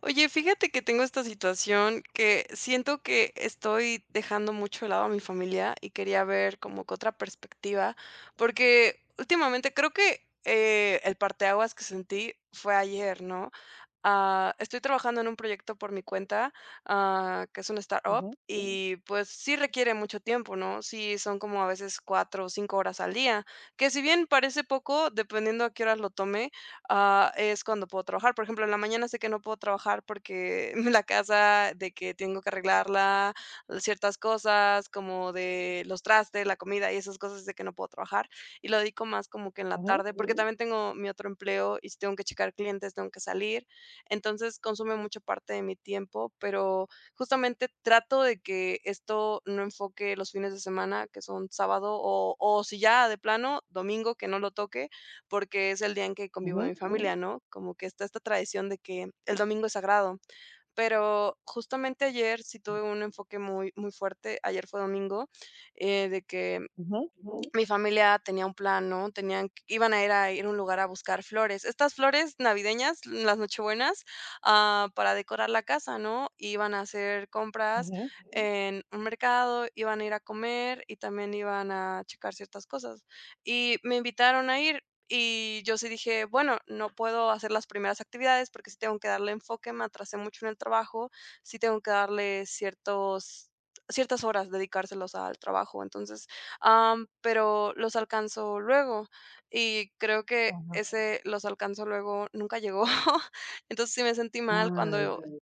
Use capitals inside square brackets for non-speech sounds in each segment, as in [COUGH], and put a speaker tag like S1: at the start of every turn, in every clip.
S1: Oye, fíjate que tengo esta situación que siento que estoy dejando mucho de lado a mi familia y quería ver como que otra perspectiva, porque últimamente creo que el parteaguas que sentí fue ayer, ¿no? Estoy trabajando en un proyecto por mi cuenta, que es una startup,
S2: Ujú,
S1: y pues sí requiere mucho tiempo, ¿no? Sí, son como a veces cuatro o cinco horas al día, que si bien parece poco, dependiendo a qué horas lo tome, es cuando puedo trabajar. Por ejemplo, en la mañana sé que no puedo trabajar porque [LAUGHS] la casa, de que tengo que arreglarla, ciertas cosas como de los trastes, la comida y esas cosas de que no puedo trabajar. Y lo dedico más como que en la
S2: ujú,
S1: tarde, porque también tengo mi otro empleo y si tengo que checar clientes, tengo que salir. Entonces consume mucha parte de mi tiempo, pero justamente trato de que esto no enfoque los fines de semana, que son sábado o si ya de plano, domingo, que no lo toque porque es el día en que convivo con
S2: ujú,
S1: mi familia, ¿no? Como que está esta tradición de que el domingo es sagrado. Pero justamente ayer sí tuve un enfoque muy, muy fuerte. Ayer fue domingo, de que
S2: ujú,
S1: mi familia tenía un plan, ¿no? Tenían, iban a ir a un lugar a buscar flores. Estas flores navideñas, las nochebuenas, para decorar la casa, ¿no? Iban a hacer compras
S2: ujú.
S1: en un mercado, iban a ir a comer y también iban a checar ciertas cosas. Y me invitaron a ir y yo sí dije: "Bueno, no puedo hacer las primeras actividades porque sí tengo que darle enfoque, me atrasé mucho en el trabajo, sí tengo que darle ciertos ciertas horas, dedicárselos al trabajo". Entonces, pero los alcanzó luego. Y creo que
S2: Ajá.
S1: ese los alcanzó luego nunca llegó. [LAUGHS] Entonces sí me sentí mal cuando
S2: Ay,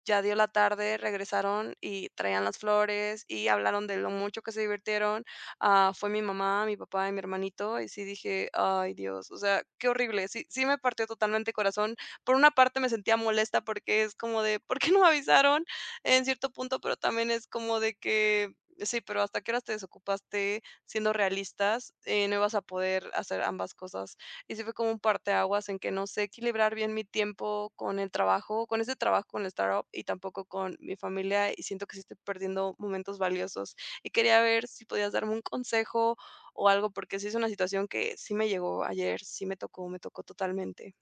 S1: ya dio la tarde, regresaron y traían las flores y hablaron de lo mucho que se divirtieron. Fue mi mamá, mi papá y mi hermanito y sí dije, ay Dios, o sea, qué horrible. Sí, sí me partió totalmente el corazón. Por una parte me sentía molesta porque es como de, ¿por qué no me avisaron? En cierto punto, pero también es como de que, sí, pero ¿hasta qué horas te desocupaste? Siendo realistas, no ibas a poder hacer ambas cosas. Y sí fue como un parteaguas en que no sé equilibrar bien mi tiempo con el trabajo, con ese trabajo con la startup y tampoco con mi familia y siento que sí estoy perdiendo momentos valiosos. Y quería ver si podías darme un consejo o algo, porque sí es una situación que sí me llegó ayer, sí me tocó totalmente.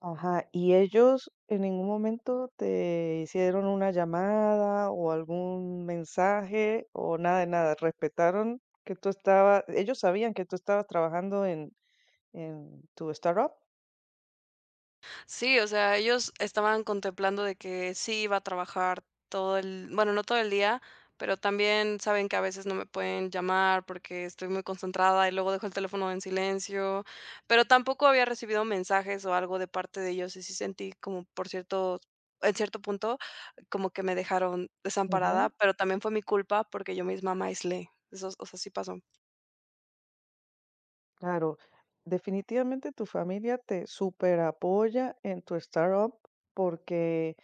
S2: ajá, ¿y ellos en ningún momento te hicieron una llamada o algún mensaje o nada de nada? ¿Respetaron que tú estabas, ellos sabían que tú estabas trabajando en tu startup?
S1: Sí, o sea, ellos estaban contemplando de que sí iba a trabajar todo el, bueno, no todo el día, pero también saben que a veces no me pueden llamar porque estoy muy concentrada y luego dejo el teléfono en silencio, pero tampoco había recibido mensajes o algo de parte de ellos y sí sentí como por cierto, en cierto punto, como que me dejaron desamparada, pero también fue mi culpa porque yo misma me aislé. Eso, o sea, sí pasó.
S2: Claro, definitivamente tu familia te super apoya en tu startup porque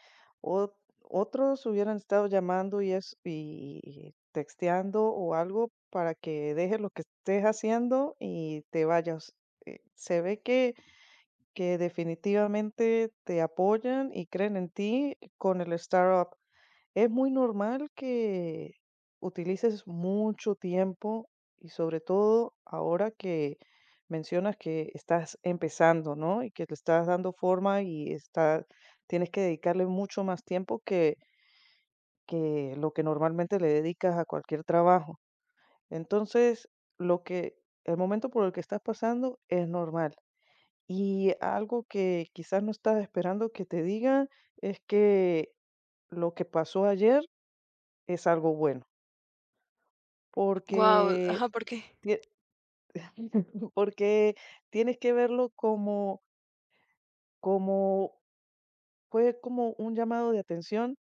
S2: ot- otros hubieran estado llamando y, es, y texteando o algo para que dejes lo que estés haciendo y te vayas. Se ve que definitivamente te apoyan y creen en ti con el startup. Es muy normal que utilices mucho tiempo y sobre todo ahora que mencionas que estás empezando, ¿no? Y que le estás dando forma y está, tienes que dedicarle mucho más tiempo que lo que normalmente le dedicas a cualquier trabajo. Entonces, lo que, el momento por el que estás pasando es normal. Y algo que quizás no estás esperando que te digan es que lo que pasó ayer es algo bueno.
S1: Wow,
S2: Porque
S1: ajá, ¿por qué?
S2: tie [LAUGHS] porque tienes que verlo como como fue como un llamado de atención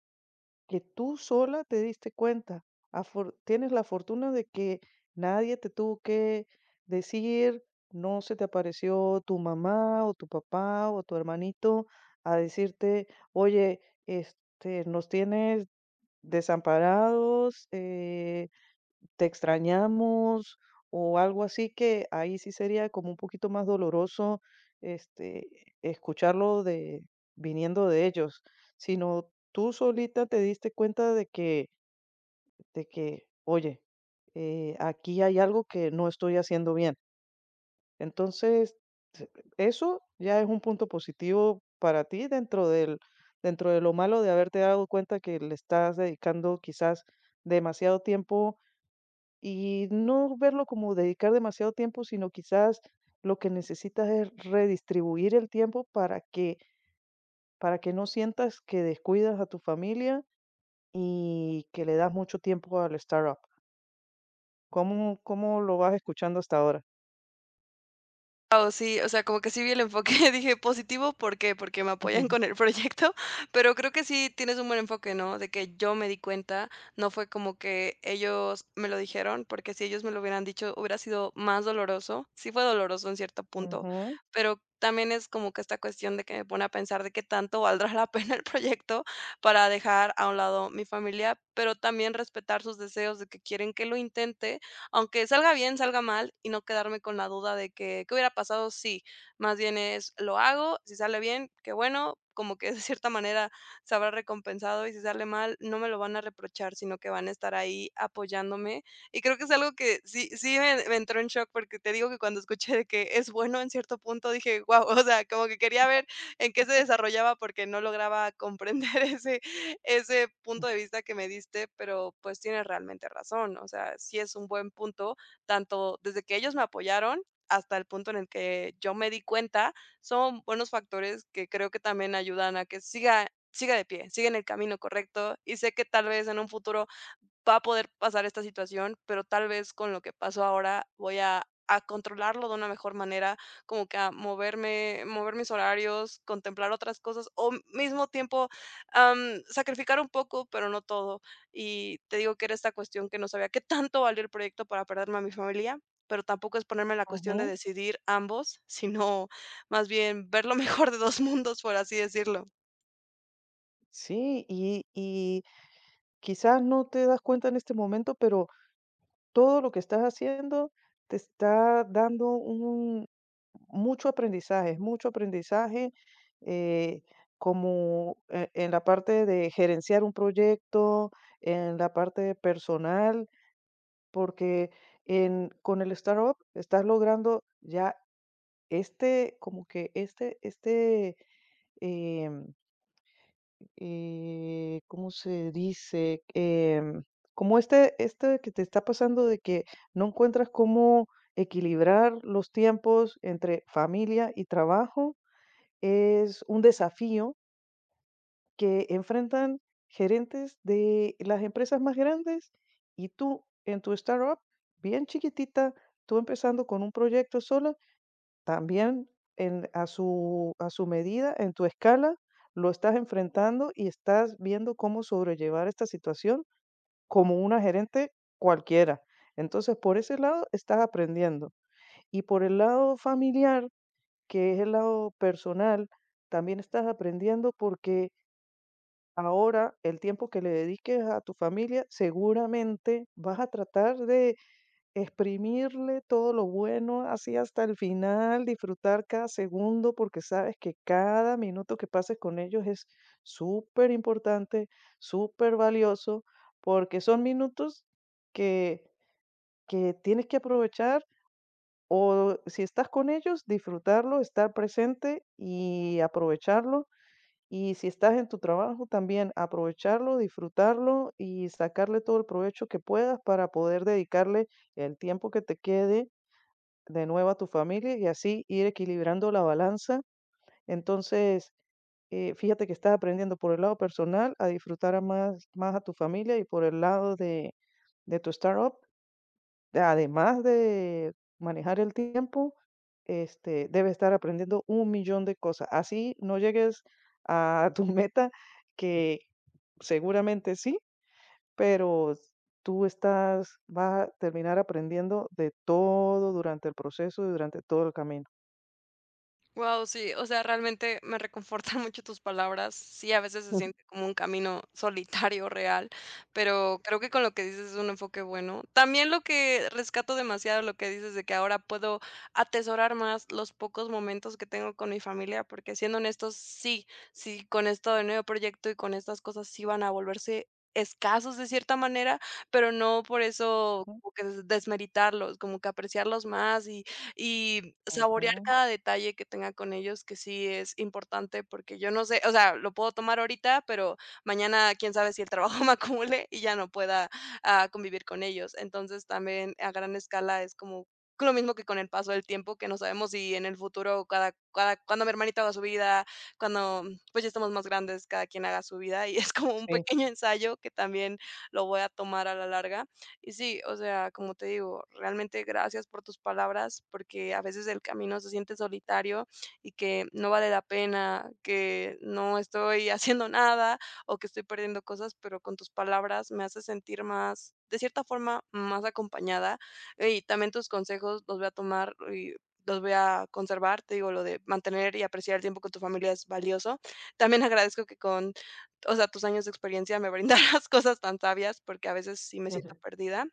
S2: que tú sola te diste cuenta. Afor tienes la fortuna de que nadie te tuvo que decir, no se te apareció tu mamá, o tu papá, o tu hermanito a decirte: "Oye, este, nos tienes desamparados, te extrañamos o algo así que ahí sí sería como un poquito más doloroso, este, escucharlo de viniendo de ellos, sino tú solita te diste cuenta de que, oye, aquí hay algo que no estoy haciendo bien. Entonces, se- eso ya es un punto positivo para ti dentro del dentro de lo malo de haberte dado cuenta que le estás dedicando quizás demasiado tiempo y no verlo como dedicar demasiado tiempo, sino quizás lo que necesitas es redistribuir el tiempo para que no sientas que descuidas a tu familia y que le das mucho tiempo al startup. ¿¿Cómo lo vas escuchando hasta ahora?
S1: Guau, sí, o sea, como que sí vi el enfoque, [LAUGHS] dije: "Positivo, ¿por qué? Porque me apoyan
S2: [LAUGHS]
S1: con el proyecto", [LAUGHS] pero creo que sí tienes un buen enfoque, ¿no? De que yo me di cuenta, no fue como que ellos me lo dijeron, porque si ellos me lo hubieran dicho, hubiera sido más doloroso. Sí fue doloroso en cierto punto,
S2: Ujú, ujú.
S1: pero también es como que esta cuestión de que me pone a pensar de qué tanto valdrá [LAUGHS] la pena el proyecto para dejar a un lado mi familia, pero también respetar sus deseos de que quieren que lo intente, aunque salga bien, salga mal, y no quedarme con la duda de que, ¿qué hubiera pasado si? Más bien es, lo hago, si sale bien, qué bueno, como que [LAUGHS] de cierta manera se habrá recompensado y si sale mal, no me lo van a reprochar, sino que van a estar ahí apoyándome. Y creo que es algo que sí, sí me entró en shock porque te digo que cuando escuché de que es bueno en cierto punto, dije, wow, [LAUGHS] o sea, como que quería ver en qué se desarrollaba porque no lograba comprender [LAUGHS] ese, ese punto de vista que me diste, pero pues tienes realmente razón. O sea, sí es un buen punto, tanto desde que ellos me apoyaron hasta el punto en el que yo me di cuenta, son buenos factores que creo que también ayudan a que siga de pie, siga en el camino correcto y sé que tal vez en un futuro va a poder pasar esta situación, pero tal vez con lo que pasó ahora voy a controlarlo de una mejor manera, como que a mover mis horarios, contemplar otras cosas, o mismo tiempo, am, sacrificar un poco, pero no todo. Y te digo que era esta cuestión que no sabía qué tanto valía el proyecto para perderme a mi familia, pero tampoco es ponerme en la cuestión de
S2: Ujú.
S1: decidir ambos, sino más bien ver lo [LAUGHS] mejor de 2 mundos, por así decirlo.
S2: Sí, y quizás no te das cuenta en este momento, pero todo lo que estás haciendo te está dando un, mucho aprendizaje, eh, como en la parte de gerenciar un proyecto, en la parte de personal, porque en, con el startup estás logrando ya este, como que este, em, ¿cómo se dice? Como este, este que te está pasando de que no encuentras cómo equilibrar los tiempos entre familia y trabajo, es un desafío que enfrentan gerentes de las empresas más grandes y tú en tu startup, bien chiquitita, tú empezando con un proyecto solo también en a su medida, en tu escala, lo estás enfrentando y estás viendo cómo sobrellevar esta situación como una gerente cualquiera. Entonces, por ese lado estás aprendiendo. Y por el lado familiar, que es el lado personal, también estás aprendiendo porque ahora el tiempo que le dediques a tu familia seguramente vas a tratar de exprimirle todo lo bueno, así hasta el final, disfrutar cada segundo, porque sabes que cada minuto que pases con ellos es súper importante, superimportante, valioso porque son minutos que que tienes que aprovechar, o si estás con ellos, disfrutarlo, estar presente y aprovecharlo, y si estás en tu trabajo, también aprovecharlo, disfrutarlo y sacarle todo el provecho que puedas para poder dedicarle el tiempo que te quede de nuevo a tu familia y así ir equilibrando la balanza. Entonces, fíjate que estás aprendiendo por el lado personal a disfrutar a más, más a tu familia y por el lado de tu startup, además de manejar el tiempo, este, debes estar aprendiendo un millón de cosas. Así no llegues a tu [LAUGHS] meta, que seguramente sí, pero tú estás, vas a terminar aprendiendo de todo durante el proceso y durante todo el camino.
S1: Wow, sí, o sea, realmente me reconfortan [LAUGHS] mucho tus palabras. Sí, a veces se siente como un camino solitario real, pero creo que con lo que dices es un enfoque bueno. También lo que rescato demasiado lo que dices de que ahora puedo atesorar más los pocos momentos que tengo con mi familia, porque siendo honestos, sí, sí, con esto del nuevo proyecto y con estas cosas sí van a volverse escasos de cierta manera, pero no por eso como que desmeritarlos, como que apreciarlos más y saborear
S2: Ujú,
S1: cada detalle que tenga con ellos, que sí es importante, porque yo no sé, o sea, lo puedo tomar ahorita, pero mañana quién sabe si el trabajo [LAUGHS] me acumule y ya no pueda, convivir con ellos. Entonces, también a gran escala es como lo mismo que con el paso del tiempo, que no sabemos si en el futuro cada cuando mi hermanito haga su vida, cuando, pues, ya estamos más grandes, cada quien haga su vida, y es como un
S2: sí,
S1: pequeño ensayo que también lo voy a tomar a la larga. Y sí, o sea, como te digo, realmente gracias por tus palabras, porque a veces el camino se siente solitario y que no vale la pena, que no estoy [LAUGHS] haciendo nada o que estoy perdiendo cosas, pero con tus palabras me hace sentir más, de cierta forma, más acompañada. Y también tus consejos los voy a tomar y los voy a conservar. Te digo, lo de mantener y apreciar el tiempo con tu familia es valioso. También agradezco que con, o sea, tus años de experiencia me brindaras [LAUGHS] cosas tan sabias, porque a veces sí me siento
S2: [LAUGHS]
S1: perdida.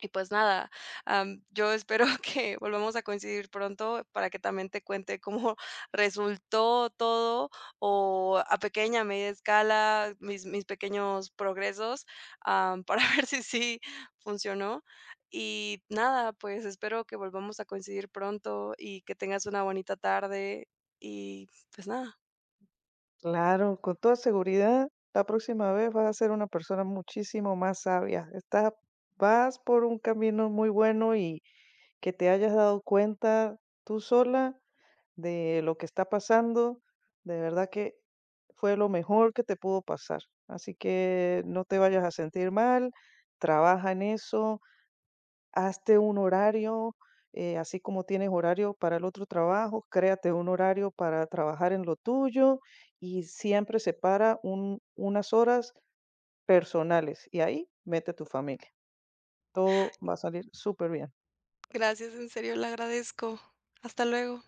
S1: Y pues nada, yo espero [LAUGHS] que volvamos a coincidir pronto para que también te cuente cómo [LAUGHS] resultó todo o a pequeña, media escala, mis pequeños progresos, para [LAUGHS] ver si sí funcionó. Y nada, pues espero que volvamos a coincidir pronto y que tengas una bonita tarde. Y pues nada,
S2: claro, con toda seguridad, la próxima vez vas a ser una persona muchísimo más sabia. Estás, vas por un camino muy bueno y que te hayas dado cuenta tú sola de lo que está pasando, de verdad que fue lo mejor que te pudo pasar. Así que no te vayas a sentir mal, trabaja en eso. Hazte un horario, así como tienes horario para el otro trabajo, créate un horario para trabajar en lo tuyo y siempre separa unas horas personales y ahí mete tu familia. Todo va a salir súper bien.
S1: gracias, en serio, le agradezco. Hasta luego.